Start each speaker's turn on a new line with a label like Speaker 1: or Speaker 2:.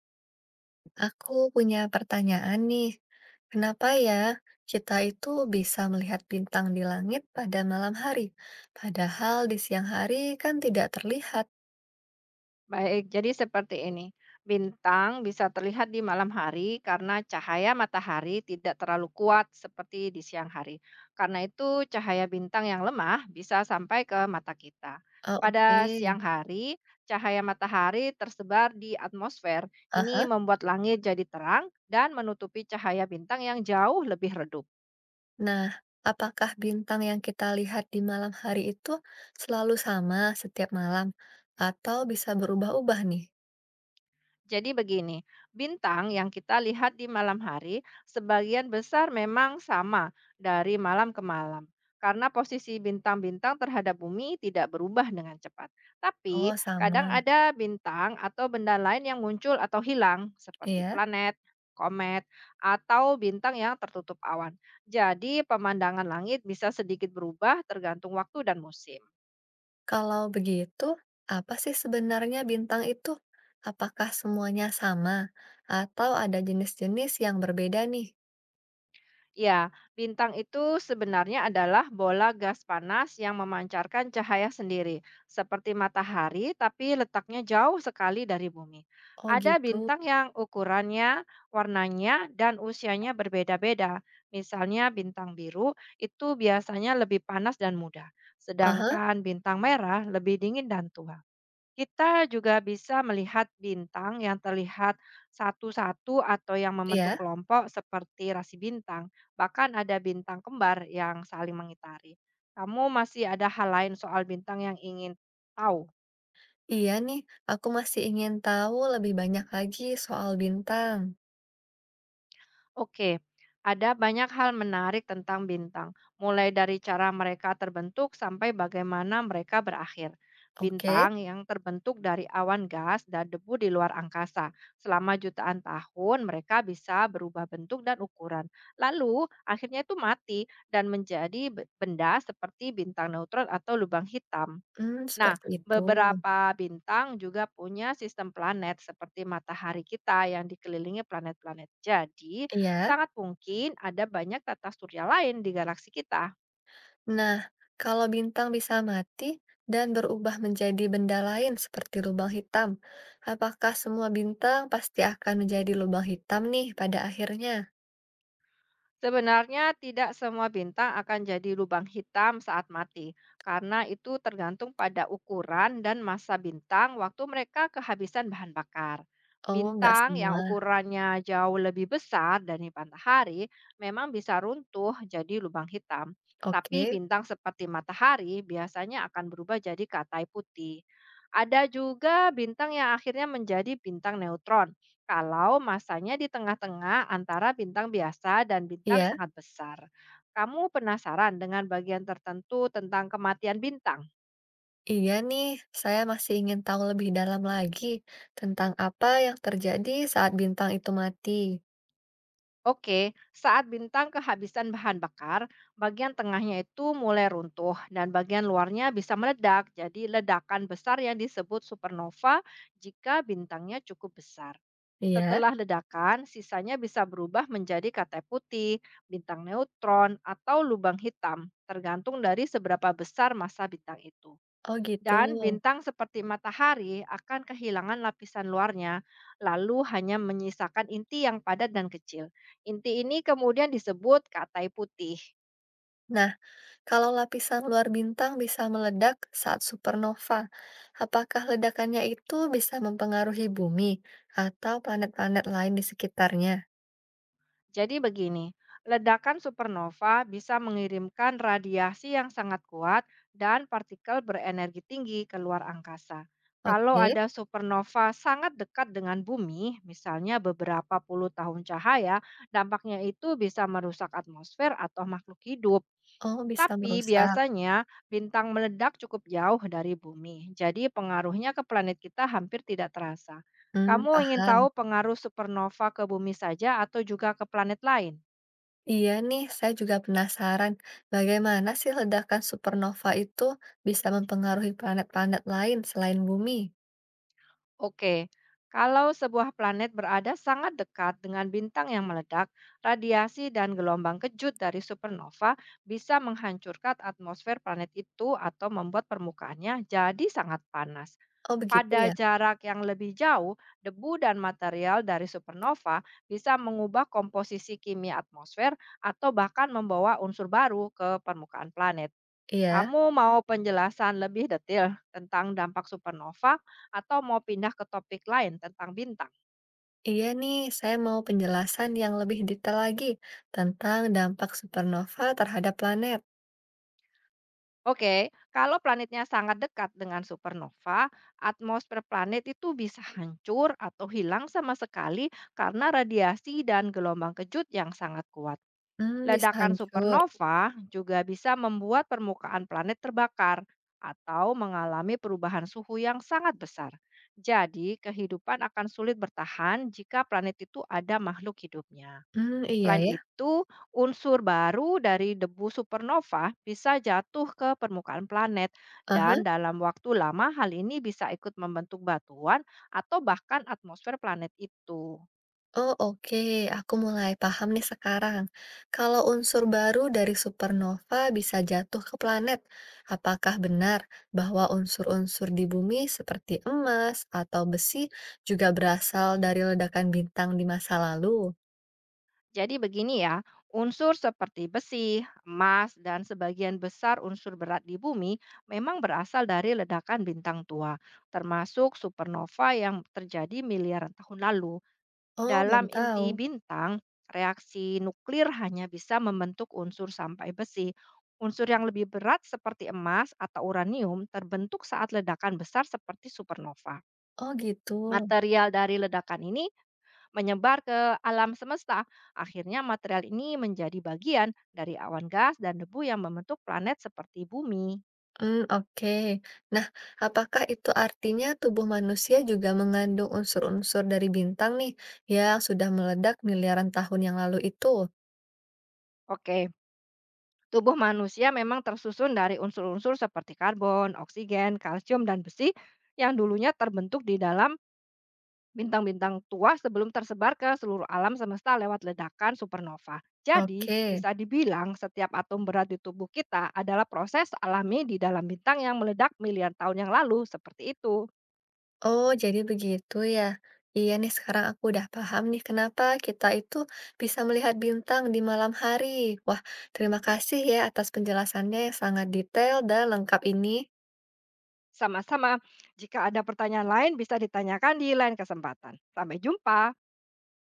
Speaker 1: Aku punya pertanyaan nih. Kenapa ya kita itu bisa melihat bintang di langit pada malam hari, padahal di siang hari kan tidak terlihat?
Speaker 2: Baik, jadi seperti ini. Bintang bisa terlihat di malam hari karena cahaya matahari tidak terlalu kuat seperti di siang hari. Karena itu, cahaya bintang yang lemah bisa sampai ke mata kita.
Speaker 1: Oh, oke.
Speaker 2: Pada siang hari, cahaya matahari tersebar di atmosfer. Ini
Speaker 1: Aha.
Speaker 2: membuat langit jadi terang dan menutupi cahaya bintang yang jauh lebih redup.
Speaker 1: Nah, apakah bintang yang kita lihat di malam hari itu selalu sama setiap malam atau bisa berubah-ubah nih?
Speaker 2: Jadi begini, bintang yang kita lihat di malam hari sebagian besar memang sama dari malam ke malam. Karena posisi bintang-bintang terhadap bumi tidak berubah dengan cepat. Tapi
Speaker 1: Oh,
Speaker 2: kadang
Speaker 1: sama.
Speaker 2: ada bintang atau benda lain yang muncul atau hilang seperti
Speaker 1: Iya.
Speaker 2: planet, komet, atau bintang yang tertutup awan. Jadi pemandangan langit bisa sedikit berubah tergantung waktu dan musim.
Speaker 1: Kalau begitu, apa sih sebenarnya bintang itu? Apakah semuanya sama? Atau ada jenis-jenis yang berbeda nih?
Speaker 2: Ya, bintang itu sebenarnya adalah bola gas panas yang memancarkan cahaya sendiri, seperti matahari, tapi letaknya jauh sekali dari bumi.
Speaker 1: Oh
Speaker 2: Ada
Speaker 1: gitu.
Speaker 2: bintang yang ukurannya, warnanya, dan usianya berbeda-beda. Misalnya, bintang biru itu biasanya lebih panas dan muda,
Speaker 1: Aha,
Speaker 2: sedangkan bintang merah lebih dingin dan tua. Kita juga bisa melihat bintang yang terlihat satu-satu atau yang membentuk
Speaker 1: ya.
Speaker 2: kelompok seperti rasi bintang. Bahkan ada bintang kembar yang saling mengitari. Kamu masih ada hal lain soal bintang yang ingin tahu?
Speaker 1: Iya nih, aku masih ingin tahu lebih banyak lagi soal bintang.
Speaker 2: Oke, ada banyak hal menarik tentang bintang, mulai dari cara mereka terbentuk sampai bagaimana mereka berakhir.
Speaker 1: Oke,
Speaker 2: Bintang yang terbentuk dari awan gas dan debu di luar angkasa. Selama jutaan tahun, mereka bisa berubah bentuk dan ukuran. Lalu, akhirnya itu mati dan menjadi benda seperti bintang neutron atau lubang hitam.
Speaker 1: hmm,
Speaker 2: Nah,
Speaker 1: seperti itu.
Speaker 2: beberapa bintang juga punya sistem planet seperti matahari kita yang dikelilingi planet-planet. Jadi,
Speaker 1: Iya.
Speaker 2: sangat mungkin ada banyak tata surya lain di galaksi kita.
Speaker 1: Nah, kalau bintang bisa mati dan berubah menjadi benda lain seperti lubang hitam, apakah semua bintang pasti akan menjadi lubang hitam nih pada akhirnya?
Speaker 2: Sebenarnya tidak semua bintang akan jadi lubang hitam saat mati, karena itu tergantung pada ukuran dan massa bintang waktu mereka kehabisan bahan bakar.
Speaker 1: Oh, nggak
Speaker 2: Bintang yang
Speaker 1: semua.
Speaker 2: ukurannya jauh lebih besar dari matahari memang bisa runtuh jadi lubang hitam. Tapi
Speaker 1: Oke.
Speaker 2: bintang seperti matahari biasanya akan berubah jadi katai putih. Ada juga bintang yang akhirnya menjadi bintang neutron kalau masanya di tengah-tengah antara bintang biasa dan bintang
Speaker 1: Iya.
Speaker 2: sangat besar. Kamu penasaran dengan bagian tertentu tentang kematian bintang?
Speaker 1: Iya nih, saya masih ingin tahu lebih dalam lagi tentang apa yang terjadi saat bintang itu mati.
Speaker 2: Oke, saat bintang kehabisan bahan bakar, bagian tengahnya itu mulai runtuh dan bagian luarnya bisa meledak. Jadi ledakan besar yang disebut supernova jika bintangnya cukup besar.
Speaker 1: Iya.
Speaker 2: Setelah ledakan, sisanya bisa berubah menjadi katai putih, bintang neutron, atau lubang hitam, tergantung dari seberapa besar massa bintang itu.
Speaker 1: Oh gitu.
Speaker 2: Dan bintang seperti matahari akan kehilangan lapisan luarnya, lalu hanya menyisakan inti yang padat dan kecil. Inti ini kemudian disebut katai putih.
Speaker 1: Nah, kalau lapisan luar bintang bisa meledak saat supernova, apakah ledakannya itu bisa mempengaruhi bumi atau planet-planet lain di sekitarnya?
Speaker 2: Jadi begini, ledakan supernova bisa mengirimkan radiasi yang sangat kuat dan partikel berenergi tinggi ke luar angkasa. Kalau
Speaker 1: Oke.
Speaker 2: ada supernova sangat dekat dengan bumi, misalnya beberapa puluh tahun cahaya, dampaknya itu bisa merusak atmosfer atau makhluk hidup.
Speaker 1: Oh, bisa
Speaker 2: Tapi
Speaker 1: merusak.
Speaker 2: biasanya bintang meledak cukup jauh dari bumi, jadi pengaruhnya ke planet kita hampir tidak terasa.
Speaker 1: Hmm,
Speaker 2: Kamu ingin tahu
Speaker 1: paham.
Speaker 2: pengaruh supernova ke bumi saja atau juga ke planet lain?
Speaker 1: Iya nih, saya juga penasaran bagaimana sih ledakan supernova itu bisa mempengaruhi planet-planet lain selain bumi?
Speaker 2: Oke, kalau sebuah planet berada sangat dekat dengan bintang yang meledak, radiasi dan gelombang kejut dari supernova bisa menghancurkan atmosfer planet itu atau membuat permukaannya jadi sangat panas.
Speaker 1: Oh begitu ya?
Speaker 2: Pada jarak yang lebih jauh, debu dan material dari supernova bisa mengubah komposisi kimia atmosfer atau bahkan membawa unsur baru ke permukaan planet.
Speaker 1: Iya.
Speaker 2: Kamu mau penjelasan lebih detail tentang dampak supernova atau mau pindah ke topik lain tentang bintang?
Speaker 1: Iya nih, saya mau penjelasan yang lebih detail lagi tentang dampak supernova terhadap planet.
Speaker 2: Oke, kalau planetnya sangat dekat dengan supernova, atmosfer planet itu bisa hancur atau hilang sama sekali karena radiasi dan gelombang kejut yang sangat kuat.
Speaker 1: Hmm, bisa
Speaker 2: Ledakan
Speaker 1: hancur.
Speaker 2: supernova juga bisa membuat permukaan planet terbakar atau mengalami perubahan suhu yang sangat besar. Jadi, kehidupan akan sulit bertahan jika planet itu ada makhluk hidupnya.
Speaker 1: Hmm, iya
Speaker 2: Selain
Speaker 1: ya.
Speaker 2: itu, unsur baru dari debu supernova bisa jatuh ke permukaan planet,
Speaker 1: Aha.
Speaker 2: dan dalam waktu lama, hal ini bisa ikut membentuk batuan atau bahkan atmosfer planet itu.
Speaker 1: Oh oke, aku mulai paham nih sekarang. Kalau unsur baru dari supernova bisa jatuh ke planet, apakah benar bahwa unsur-unsur di bumi seperti emas atau besi juga berasal dari ledakan bintang di masa lalu?
Speaker 2: Jadi begini ya, unsur seperti besi, emas, dan sebagian besar unsur berat di bumi memang berasal dari ledakan bintang tua, termasuk supernova yang terjadi miliaran tahun lalu.
Speaker 1: Oh,
Speaker 2: Dalam
Speaker 1: baru tahu.
Speaker 2: inti bintang, reaksi nuklir hanya bisa membentuk unsur sampai besi. Unsur yang lebih berat seperti emas atau uranium terbentuk saat ledakan besar seperti supernova.
Speaker 1: Oh gitu.
Speaker 2: Material dari ledakan ini menyebar ke alam semesta. Akhirnya material ini menjadi bagian dari awan gas dan debu yang membentuk planet seperti bumi.
Speaker 1: Hmm, oke. Nah, apakah itu artinya tubuh manusia juga mengandung unsur-unsur dari bintang nih yang sudah meledak miliaran tahun yang lalu itu?
Speaker 2: Oke, tubuh manusia memang tersusun dari unsur-unsur seperti karbon, oksigen, kalsium, dan besi yang dulunya terbentuk di dalam bintang-bintang tua sebelum tersebar ke seluruh alam semesta lewat ledakan supernova. Jadi,
Speaker 1: Oke.
Speaker 2: bisa dibilang setiap atom berat di tubuh kita adalah proses alami di dalam bintang yang meledak miliar tahun yang lalu, seperti itu.
Speaker 1: Oh, jadi begitu ya. Iya nih, sekarang aku udah paham nih kenapa kita itu bisa melihat bintang di malam hari. Wah, terima kasih ya atas penjelasannya yang sangat detail dan lengkap ini.
Speaker 2: Sama-sama. Jika ada pertanyaan lain bisa ditanyakan di lain kesempatan. Sampai jumpa.